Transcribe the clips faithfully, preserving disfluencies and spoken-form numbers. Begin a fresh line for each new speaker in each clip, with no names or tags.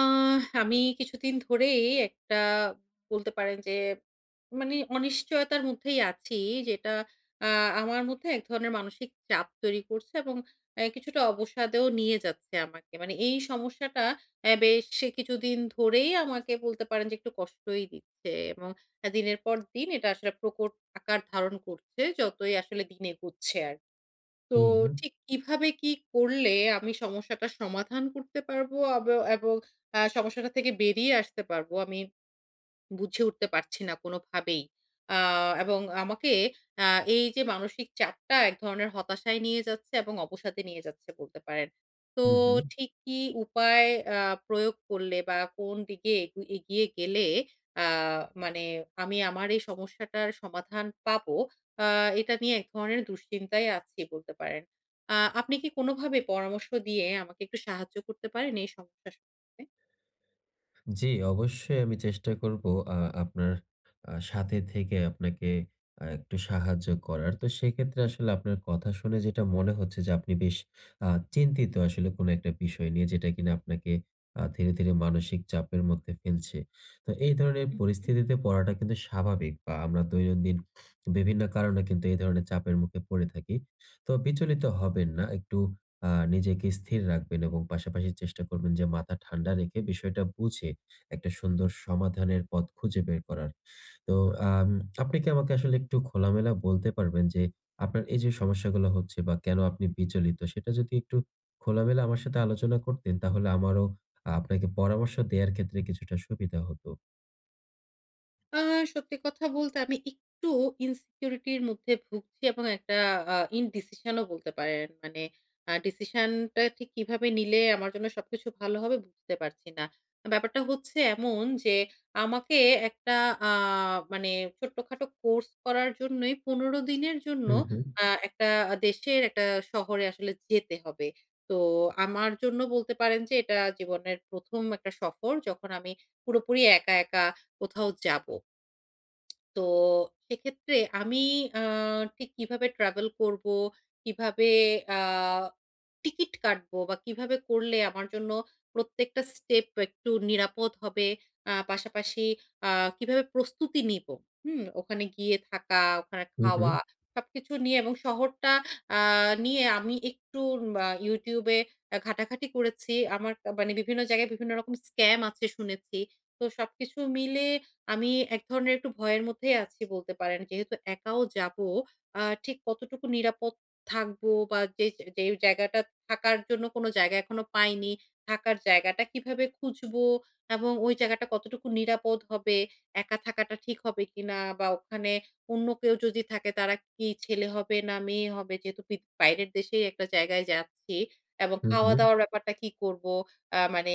আহ আমি কিছুদিন ধরেই একটা, বলতে পারেন যে, মানে অনিশ্চয়তার মধ্যেই আছি, যেটা আহ, আমার মধ্যে এক ধরনের মানসিক চাপ তৈরি করছে এবং আহ, কিছুটা অবসাদেও নিয়ে যাচ্ছে আমাকে। মানে এই সমস্যাটা আহ, বেশ কিছুদিন ধরেই আমাকে, বলতে পারেন যে, একটু কষ্টই দিচ্ছে এবং দিনের পর দিন এটা আসলে প্রকট আকার ধারণ করছে যতই আসলে দিন এগোচ্ছে। তো
মে, মে,
ঠিক কিভাবে কি করলে আমি সমস্যাটার সমাধান করতে পারবো আব এবং আ সমস্যাটা থেকে বেরিয়ে আসতে পারবো? আমি বুঝে উঠতে পারছি না কোনোভাবেই। আ এবং আমাকে, আ এই যে মানসিক চাপটা এক ধরনের হতাশায় নিয়ে যাচ্ছে এবং অবসাদে নিয়ে যাচ্ছে, বলতে পারেন। তো
মে।
ঠিক কি উপায় আ প্রয়োগ করলে বা কোন দিকে এগু এগিয়ে গেলে, আ মানে আমি আমার এই সমস্যাটার সমাধান পাবো, আ এটা নিয়ে এক ধরনের দুশ্চিন্তায় আছি, বলতে পারেন। আ আপনি কি কোনোভাবে পরামর্শ দিয়ে আমাকে একটু সাহায্য করতে পারেন এই সমস্যা সমাধানে?
জি, অবশ্যই আমি চেষ্টা করব আ আপনার আ সাথে থেকে আপনাকে আ একটু সাহায্য করার। তো সেক্ষেত্রে আসলে আপনার কথা শুনে যেটা মনে হচ্ছে যে আপনি বেশ আ চিন্তিত আসলে কোনো একটা বিষয় নিয়ে যেটা কিনা আপনাকে আ ধীরে, ধীরে মানসিক চাপের মধ্যে ফেলছে। তো এই ধরনের
হুম।
পরিস্থিতিতে পড়াটা কিন্তু স্বাভাবিক বা আমরা দৈনন্দিন বিভিন্ন কারণে কিন্তু এই ধরনের চাপের মুখে পড়ে থাকি। তো বিচলিত হবেন না। একটু আ নিজেকে স্থির রাখবেন এবং পাশাপাশি চেষ্টা করবেন যে মাথা ঠান্ডা রেখে বিষয়টা বুঝে একটা সুন্দর সমাধানের পথ খুঁজে বের করার। তো আম আপনি কি আমাকে আসলে একটু খোলামেলা বলতে পারবেন যে আপনার এই যে সমস্যাগুলো হচ্ছে বা কেন আপনি বিচলিত সেটা যদি একটু খোলামেলা আমার সাথে আলোচনা করতেন তাহলে আমারও আহ, আপনাকে পরামর্শ দেওয়ার ক্ষেত্রে কিছুটা সুবিধা হতো।
আ সত্যি কথা বলতে আমি একটু ইনসিকিউরিটি র মধ্যে ভুগছি এবং একটা আ ইনডিসিশন ও বলতে পারেন। মানে আ ডিসিশন টা ঠিক কিভাবে নিলে আমার জন্য সবকিছু ভালো হবে বুঝতে পারছি না। ব্যাপারটা হচ্ছে এমন যে আমাকে একটা, আ মানে ছোট্টখাটো কোর্স করার জন্যই পনেরো দিনের জন্য
হুম, হুম।
আ একটা দেশের একটা শহরে আসলে যেতে হবে। তো আমার জন্য, বলতে পারেন যে, এটা জীবনের প্রথম একটা সফর যখন আমি পুরোপুরি একা, একা কোথাও যাব। তো সেক্ষেত্রে আমি আ ঠিক কিভাবে ট্রাভেল করবো, কিভাবে আ টিকিট কাটবো, বা কিভাবে করলে আমার জন্য প্রত্যেকটা স্টেপ একটু নিরাপদ হবে। আ পাশাপাশি আ কিভাবে প্রস্তুতি নিবো, হুম? ওখানে গিয়ে থাকা, ওখানে
হু, হু,
খাওয়া সবকিছু নিয়ে এবং শহরটা আ নিয়ে আমি একটু আ YouTube এ আ ঘাটাঘাটি করেছি। আমার কা- মানে বিভিন্ন জায়গায় বিভিন্ন রকম স্ক্যাম আছে শুনেছি। তো সবকিছু মিলে আমি এক ধরনের একটু ভয়ের মধ্যেই আছি, বলতে পারেন। যেহেতু একাও যাবো, আ ঠিক কতটুকু নিরাপদ থাকবো, বা যে, যে জায়গাটা, থাকার জন্য কোনো জায়গা এখনো পাইনি, থাকার জায়গাটা কিভাবে খুঁজবো এবং ওই জায়গাটা কতটুকু নিরাপদ হবে, একা থাকাটা ঠিক হবে কিনা, বা ওখানে অন্য কেউ যদি থাকে তারা কি ছেলে হবে না মেয়ে হবে? যেহেতু পৃথ বাইরের দেশেই একটা জায়গায় যাচ্ছি এবং
হু, হু,
খাওয়া-দাওয়ার ব্যাপারটা কি করবো? আ মানে,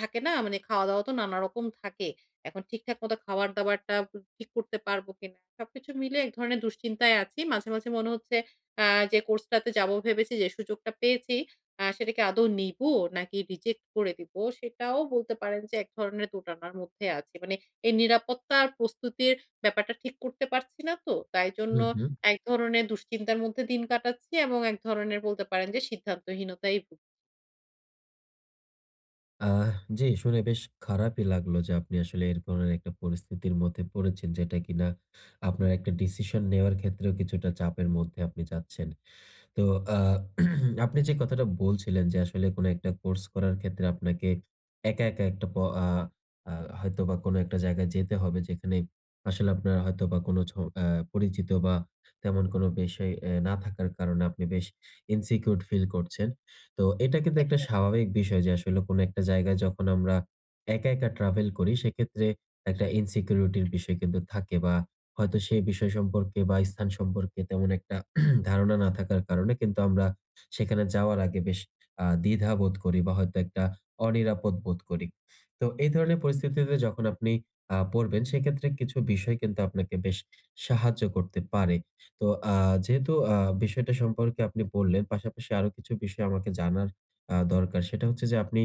থাকে না? মানে খাওয়া-দাওয়া তো নানারকম থাকে। এখন ঠিকঠাক মতো খাবার-দাবারটা ঠিক করতে পারবো কিনা? সবকিছু মিলে এক ধরনের দুশ্চিন্তায় আছি। মাঝে, মাঝে মনে হচ্ছে আ যে কোর্সটাতে যাবো ভেবেছি, যে সুযোগটা পেয়েছি, আ সেটাকে আদৌ নিবো নাকি রিজেক্ট করে দিবো? সেটাও বলতে পারেন যে এক ধরনের দোটানার মধ্যে আছি। মানে এই নিরাপত্তা আর প্রস্তুতির ব্যাপারটা ঠিক করতে পারছি না তো। তাই
হু,
জন্য
হু।
এক ধরনের দুশ্চিন্তার মধ্যে দিন কাটাচ্ছি এবং এক ধরনের বলতে পারেন যে সিদ্ধান্তহীনতায় ভুগছি।
আহ জি, শুনে বেশ খারাপই লাগলো যে আপনি আসলে এর ধরনের একটা পরিস্থিতির মধ্যে পড়েছেন যেটা কিনা আপনার একটা ডিসিশন নেওয়ার ক্ষেত্রেও কিছুটা চাপের মধ্যে আপনি যাচ্ছেন। তো আহ, আপনি যে কথাটা বলছিলেন যে আসলে কোনো একটা কোর্স করার ক্ষেত্রে আপনাকে একা একা একটা প- আহ, আহ, হয়তো বা কোনো একটা জায়গায় যেতে হবে যেখানে আসলে আপনার হয়তো বা কোনো ছ- আহ, পরিচিত বা তেমন কোনো বিষয় আহ, না থাকার কারণে আপনি বেশ ইনসিকিউর ফিল করছেন। তো এটা কিন্তু একটা স্বাভাবিক বিষয় যে আসলে কোনো একটা জায়গায় যখন আমরা একা একা ট্রাভেল করি সেক্ষেত্রে একটা ইনসিকিউরিটির বিষয় কিন্তু থাকে বা হয়তো সেই বিষয় সম্পর্কে বা স্থান সম্পর্কে তেমন একটা ধারণা না থাকার কারণে কিন্তু আমরা সেখানে যাওয়ার আগে বেশ আ দ্বিধা বোধ করি বা হয়তো একটা অনিরাপদ বোধ করি। তো এই ধরনের পরিস্থিতিতে যখন আপনি আ পড়বেন সেক্ষেত্রে কিছু বিষয় কিন্তু আপনাকে বেশ সাহায্য করতে পারে। তো আ যেহেতু আ বিষয়টা সম্পর্কে আপনি বললেন, পাশাপাশি আরো কিছু বিষয় আমাকে জানার আ দরকার। সেটা হচ্ছে যে আপনি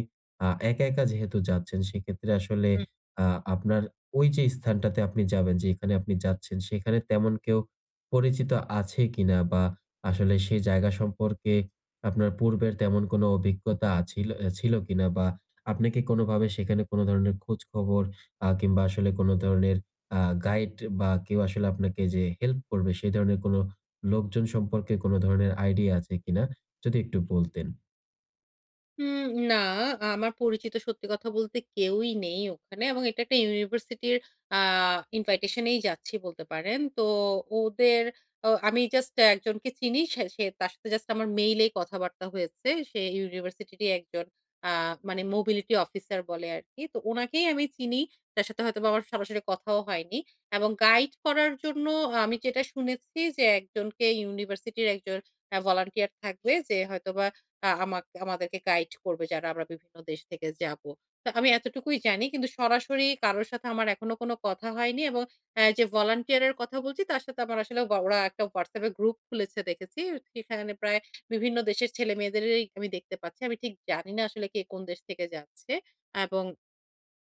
আ একা, একা যেহেতু যাচ্ছেন সেক্ষেত্রে আসলে আ আপনার ওই যে স্থানটাতে আপনি যাবেন যেখানে আপনি যাচ্ছেন সেখানে তেমন কেউ পরিচিত আছে কিনা বা আসলে সেই জায়গা সম্পর্কে আপনার পূর্বের তেমন কোনো অভিজ্ঞতা আছিল আ ছিল কিনা? বা আপনি কি কোনোভাবে সেখানে কোনো ধরনের খোঁজখবর আ কিংবা আসলে কোনো ধরনের আ গাইড বা কেউ আসলে আপনাকে যে হেল্প করবে সেই ধরনের কোনো লোকজন সম্পর্কে কোনো ধরনের আইডিয়া আছে কিনা? যদি একটু বলতেন।
উম না, আমার পরিচিত সত্যি কথা বলতে কেউই নেই ওখানে এবং এটা একটা ইউনিভার্সিটির আ ইনভাইটেশনেই যাচ্ছি, বলতে পারেন। তো ওদের, অ আমি জাস্ট একজনকে চিনি। সে সে, তার সাথে জাস্ট আমার মেইলেই কথাবার্তা হয়েছে। সে ইউনিভার্সিটিরই একজন, আ মানে মোবিলিটি অফিসার বলে আরকি। তো উনাকেই আমি চিনি। তার সাথে হয়তোবা আমার সরাসরি কথাও হয়নি। এবং গাইড করার জন্য আমি যেটা শুনেছি, যে একজনকে ইউনিভার্সিটির একজন আ ভলান্টিয়ার থাকবে যে হয়তোবা আ আমাক আমাদেরকে গাইড করবে, যারা আমরা বিভিন্ন দেশ থেকে যাবো। তো আমি এতটুকুই জানি। কিন্তু সরাসরি কারো সাথে আমার এখনো কোনো কথা হয়নি এবং অ্যা যে ভলান্টিয়ার এর কথা বলছি তার সাথে আমার আসলে, ও ওরা একটা WhatsApp এ গ্রুপ খুলেছে দেখেছি। সেখানে প্রায় বিভিন্ন দেশের ছেলেমেয়েদেরই আমি দেখতে পাচ্ছি। আমি ঠিক জানি না আসলে কে কোন দেশ থেকে যাচ্ছে এবং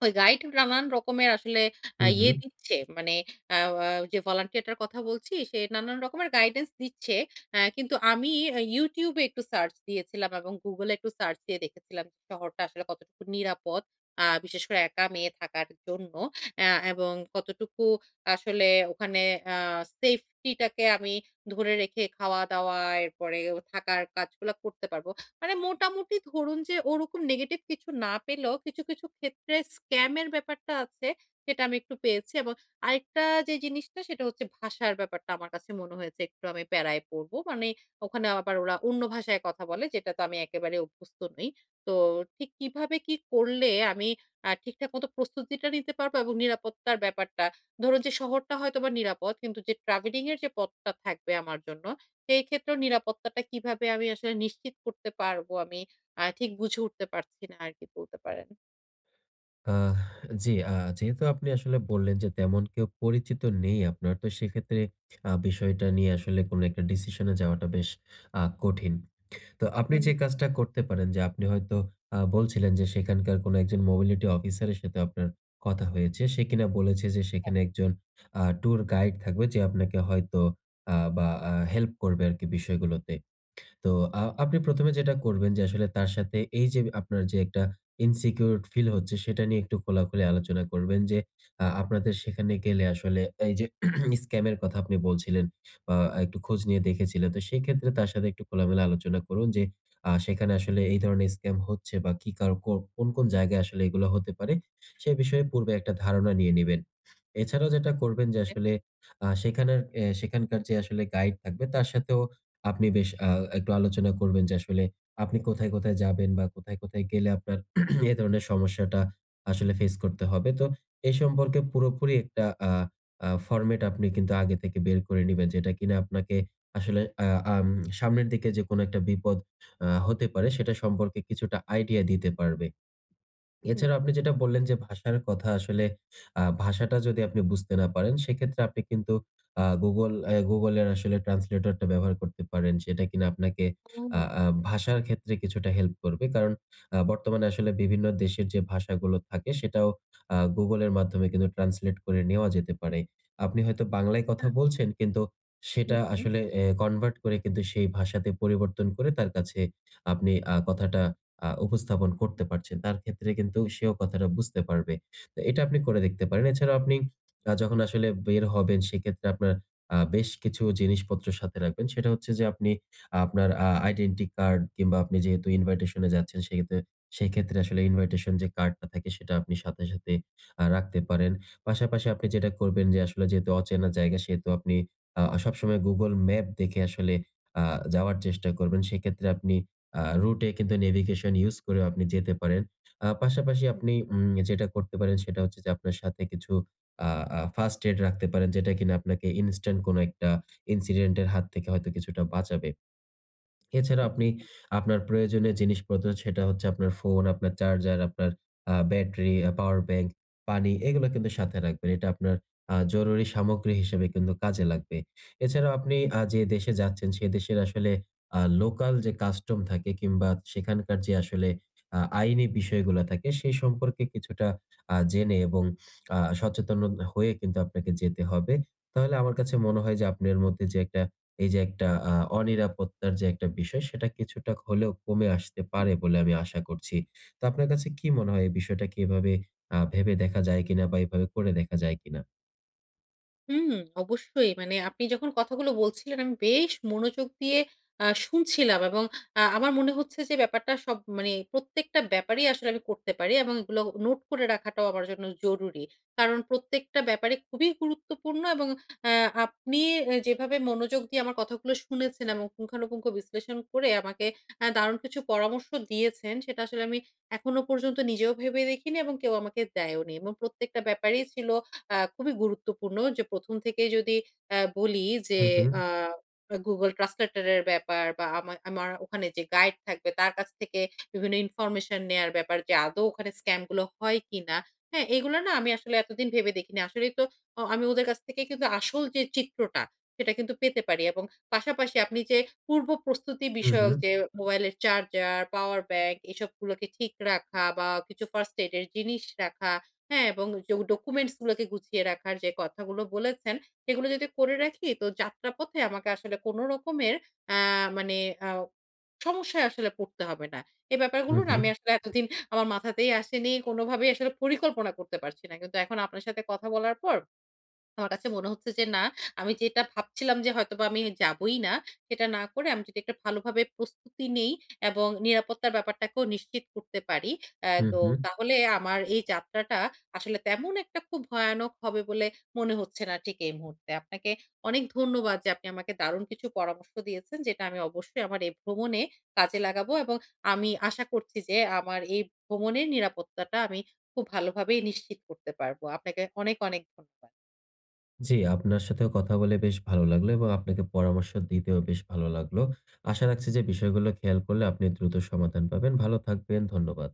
ওই গাইড নানান রকমের আসলে আ
হুম,
ইয়ে
হুম।
দিচ্ছে। মানে আ আ যে ভলান্টিয়ারটার কথা বলছি সে নানান রকমের গাইডেন্স দিচ্ছে। আ কিন্তু আমি আ YouTube এ একটু সার্চ দিয়েছিলাম এবং Google এ একটু সার্চ দিয়ে দেখেছিলাম যে শহরটা আসলে কতটুকু নিরাপদ, আ বিশেষ করে একা মেয়ে থাকার জন্য। আ এবং কতটুকু আসলে ওখানে আ সেফটি টাকে আমি ধরে রেখে খাওয়া-দাওয়া, এরপরে থাকার কাজগুলা করতে পারব। মানে মোটামুটি ধরুন যে ওরকম নেগেটিভ কিছু না পেলেও কিছু, কিছু ক্ষেত্রে স্ক্যামের ব্যাপারটা আছে, সেটা আমি একটু পেয়েছি। এবং আরেকটা যে জিনিসটা সেটা হচ্ছে ভাষার ব্যাপারটা, আমার কাছে মনে হয়েছে একটু আমি প্যারায় পড়বো। মানে ওখানে আবার ওরা অন্য ভাষায় কথা বলে, যেটা তো আমি একেবারে অভ্যস্ত নই। তো ঠিক কিভাবে কি করলে আমি আ ঠিকঠাক মতো প্রস্তুতিটা নিতে পারবো এবং নিরাপত্তার ব্যাপারটা, ধরুন যে শহরটা হয়তোবা নিরাপদ কিন্তু যে ট্রাভেলিং এর যে পথটা থাকবে আমার জন্য সেই ক্ষেত্রেও নিরাপত্তাটা কিভাবে আমি আসলে নিশ্চিত করতে পারবো, আমি আ ঠিক বুঝে উঠতে পারছি না আরকি, বলতে পারেন।
আহ জি, আ যেহেতু আপনি আসলে বললেন যে তেমন কেউ পরিচিত নেই আপনার, তো সেক্ষেত্রে আ বিষয়টা নিয়ে আসলে কোনো একটা ডিসিশন এ যাওয়াটা বেশ আ কঠিন। তো আপনি
হুম,
যে কাজটা করতে পারেন যে আপনি হয়তো আ বলছিলেন যে সেখানকার কোনো একজন মোবিলিটি অফিসারের সাথে আপনার কথা হয়েছে। সে কিনা বলেছে যে সেখানে একজন আ ট্যুর গাইড থাকবে যে আপনাকে হয়তো আ বা আ হেল্প করবে আরকি বিষয়গুলোতে। তো আ আপনি প্রথমে যেটা করবেন যে আসলে তার সাথে এই যে আপনার যে একটা ইনসিকিউর ফিল হচ্ছে সেটা নিয়ে একটু খোলাখুলি আলোচনা করবেন যে আ আপনাদের সেখানে গেলে আসলে এই যে স্ক্যাম এর কথা আপনি বলছিলেন বা একটু খোঁজ নিয়ে দেখেছিলেন। তো সেক্ষেত্রে তার সাথে একটু খোলামেলা আলোচনা করুন যে আ সেখানে আসলে এই ধরনের স্ক্যাম হচ্ছে বা কি কার কো কোন, কোন জায়গায় আসলে এগুলো হতে পারে সে বিষয়ে পূর্বে একটা ধারণা নিয়ে নিবেন। এছাড়াও যেটা করবেন যে আসলে আ সেখানের এ সেখানকার যে আসলে গাইড থাকবে তার সাথেও আপনি বেশ আ একটু আলোচনা করবেন যে আসলে আপনি কোথায়, কোথায় যাবেন বা কোথায়, কোথায় গেলে আপনার এ ধরনের সমস্যাটা আসলে ফেস করতে হবে। তো এই সম্পর্কে পুরোপুরি একটা আ আ ফরমেট আপনি কিন্তু আগে থেকে বের করে নিবেন যেটা কিনা আপনাকে আসলে আ আম সামনের দিকে যে কোনো একটা বিপদ আ হতে পারে সেটা সম্পর্কে কিছুটা আইডিয়া দিতে পারবে। এছাড়া
বুঝতে।
আপনি যেটা বললেন যে ভাষার কথা আসলে আ ভাষাটা যদি আপনি বুঝতে না পারেন সেক্ষেত্রে আপনি কিন্তু আ Google এ Google এর আসলে ট্রান্সলেটরটা ব্যবহার করতে পারেন। সেটা কিনা আপনাকে আ
ও!
আ ভাষার ক্ষেত্রে কিছুটা হেল্প করবে। কারণ আ বর্তমানে আসলে বিভিন্ন দেশের যে ভাষাগুলো থাকে সেটাও আ Google এর মাধ্যমে কিন্তু ট্রান্সলেট করে নেওয়া যেতে পারে। আপনি হয়তো বাংলায় কথা
হ্যাঁ।
বলছেন কিন্তু
হু,
সেটা
হু,
আসলে এ কনভার্ট করে কিন্তু সেই ভাষাতে পরিবর্তন করে তার কাছে আপনি আ কথাটা আ উপস্থাপন করতে পারছেন। তার ক্ষেত্রে কিন্তু সেও কথাটা বুঝতে পারবে। তো এটা আপনি করে দেখতে পারেন। এছাড়াও আপনি আ যখন আসলে বের হবেন সেক্ষেত্রে আপনার আ বেশ কিছু জিনিসপত্র সাথে রাখবেন। সেটা হচ্ছে যে আপনি আপনার আ আইডেন্টি কার্ড কিংবা আপনি যেহেতু ইনভাইটেশন এ যাচ্ছেন সেক্ষেত্রে সেক্ষেত্রে আসলে ইনভাইটেশন যে কার্ডটা থাকে সেটা আপনি সাথে, সাথে আ রাখতে পারেন। পাশাপাশি আপনি যেটা করবেন যে আসলে যেহেতু অচেনা জায়গা সেহেতু আপনি আ সবসময় Google ম্যাপ দেখে আসলে আ যাওয়ার চেষ্টা করবেন। সেক্ষেত্রে আপনি আ রুটে কিন্তু নেভিগেশন ইউজ করেও আপনি যেতে পারেন। আ পাশাপাশি
হু,
আপনি উম যেটা করতে পারেন সেটা হচ্ছে যে আপনার সাথে কিছু আ আ ফার্স্ট এইড রাখতে পারেন যেটা কিনা আপনাকে ইনস্ট্যান্ট কোনো একটা ইনসিডেন্ট এর হাত থেকে হয়তো কিছুটা বাঁচাবে। এছাড়া
বুঝতে
আপনি
পেরেছি।
আপনার প্রয়োজনীয় জিনিসপত্র সেটা হচ্ছে আপনার ফোন, আপনার চার্জার, আপনার আ ব্যাটারি, আ পাওয়ার ব্যাংক, পানি এগুলো কিন্তু সাথে রাখবেন। এটা আপনার আ জরুরি সামগ্রী হিসেবে কিন্তু কাজে লাগবে। এছাড়াও আপনি আ যে দেশে যাচ্ছেন সে দেশের আসলে আ লোকাল যে কাস্টম থাকে কিংবা সেখানকার যে আসলে আ আইনি বিষয়গুলা থাকে সেই সম্পর্কে কিছুটা আ জেনে এবং আ সচেতন হয়ে কিন্তু আপনাকে যেতে হবে। তাহলে আমার কাছে মনে হয় যে আপনার মধ্যে যে একটা এই যে একটা আ অনিরাপত্তার যে একটা বিষয় সেটা কিছুটা হলেও কমে আসতে পারে বলে আমি আশা করছি। তো আপনার কাছে কি মনে হয় এই বিষয়টা কি এভাবে আ ভেবে দেখা যায় কিনা বা এভাবে করে দেখা যায় কিনা?
হুম, অবশ্যই। মানে আপনি যখন কথাগুলো বলছিলেন আমি বেশ মনোযোগ দিয়ে আ শুনছিলাম এবং আ আমার মনে হচ্ছে যে ব্যাপারটা সব, মানে প্রত্যেকটা ব্যাপারেই আসলে আমি করতে পারি এবং এগুলো নোট করে রাখাটাও আমার জন্য জরুরি। কারণ প্রত্যেকটা ব্যাপারে খুবই গুরুত্বপূর্ণ। এবং অ্যা আপনি এ যেভাবে মনোযোগ দিয়ে আমার কথাগুলো শুনেছেন এবং পুঙ্খানুপুঙ্খ বিশ্লেষণ করে আমাকে আ দারুণ কিছু পরামর্শ দিয়েছেন, সেটা আসলে আমি এখনো পর্যন্ত নিজেও ভেবে দেখিনি এবং কেউ আমাকে দেয়ওনি। এবং প্রত্যেকটা ব্যাপারেই ছিল আ খুবই গুরুত্বপূর্ণ, যে প্রথম থেকেই যদি আ বলি, যে
হু, হু,
আ Google Translator এর ব্যাপার, বা আমা আমার ওখানে যে গাইড থাকবে তার কাছ থেকে বিভিন্ন ইনফরমেশন নেয়ার ব্যাপার, যে আদৌ ওখানে স্ক্যাম গুলো হয় কিনা, হ্যাঁ? এগুলো না আমি আসলে এতদিন ভেবে দেখিনি। আসলেই তো অ আমি ওদের কাছ থেকে কিন্তু আসল যে চিত্রটা সেটা কিন্তু পেতে পারি। এবং পাশাপাশি আপনি যে পূর্ব প্রস্তুতি
হু, হু,
বিষয়ক, যে মোবাইলের চার্জার, পাওয়ার ব্যাংক এসবগুলোকে ঠিক রাখা বা কিছু ফার্স্ট এইড এর জিনিস রাখা, হ্যাঁ, এবং যে ডকুমেন্টস গুলোকে গুছিয়ে রাখার যে কথাগুলো বলেছেন, সেগুলো যদি করে রাখি তো যাত্রাপথে আমাকে আসলে কোন রকমের আ মানে আ সমস্যায় আসলে পড়তে হবে না। এই
হু,
ব্যাপারগুলো না
হু,
আমি আসলে এতদিন আমার মাথাতেই আসেনি। কোনভাবেই আসলে পরিকল্পনা করতে পারছি না। কিন্তু এখন আপনার সাথে কথা বলার পর আমার কাছে মনে হচ্ছে যে না, আমি যেটা ভাবছিলাম যে হয়তোবা আমি যাবোই না, সেটা না করে আমি যদি একটা ভালোভাবে প্রস্তুতি নেই এবং নিরাপত্তার ব্যাপারটাকেও নিশ্চিত করতে পারি, অ্যা
হু,
তো
হু।
তাহলে আমার এই যাত্রাটা আসলে তেমন একটা খুব ভয়ানক হবে বলে মনে হচ্ছে না ঠিক এই মুহূর্তে। আপনাকে অনেক ধন্যবাদ যে আপনি আমাকে দারুণ কিছু পরামর্শ দিয়েছেন, যেটা আমি অবশ্যই আমার এই ভ্রমণে কাজে লাগাবো এবং আমি আশা করছি যে আমার এই ভ্রমণের নিরাপত্তাটা আমি খুব ভালোভাবেই নিশ্চিত করতে পারবো। আপনাকে অনেক, অনেক ধন্যবাদ।
জি, আপনার সাথেও কথা বলে বেশ ভালো লাগলো এবং আপনাকে পরামর্শ দিতেও বেশ ভালো লাগলো। আশা রাখছি যে বিষয়গুলো খেয়াল করলে আপনি দ্রুত সমাধান পাবেন। ভালো থাকবেন। ধন্যবাদ।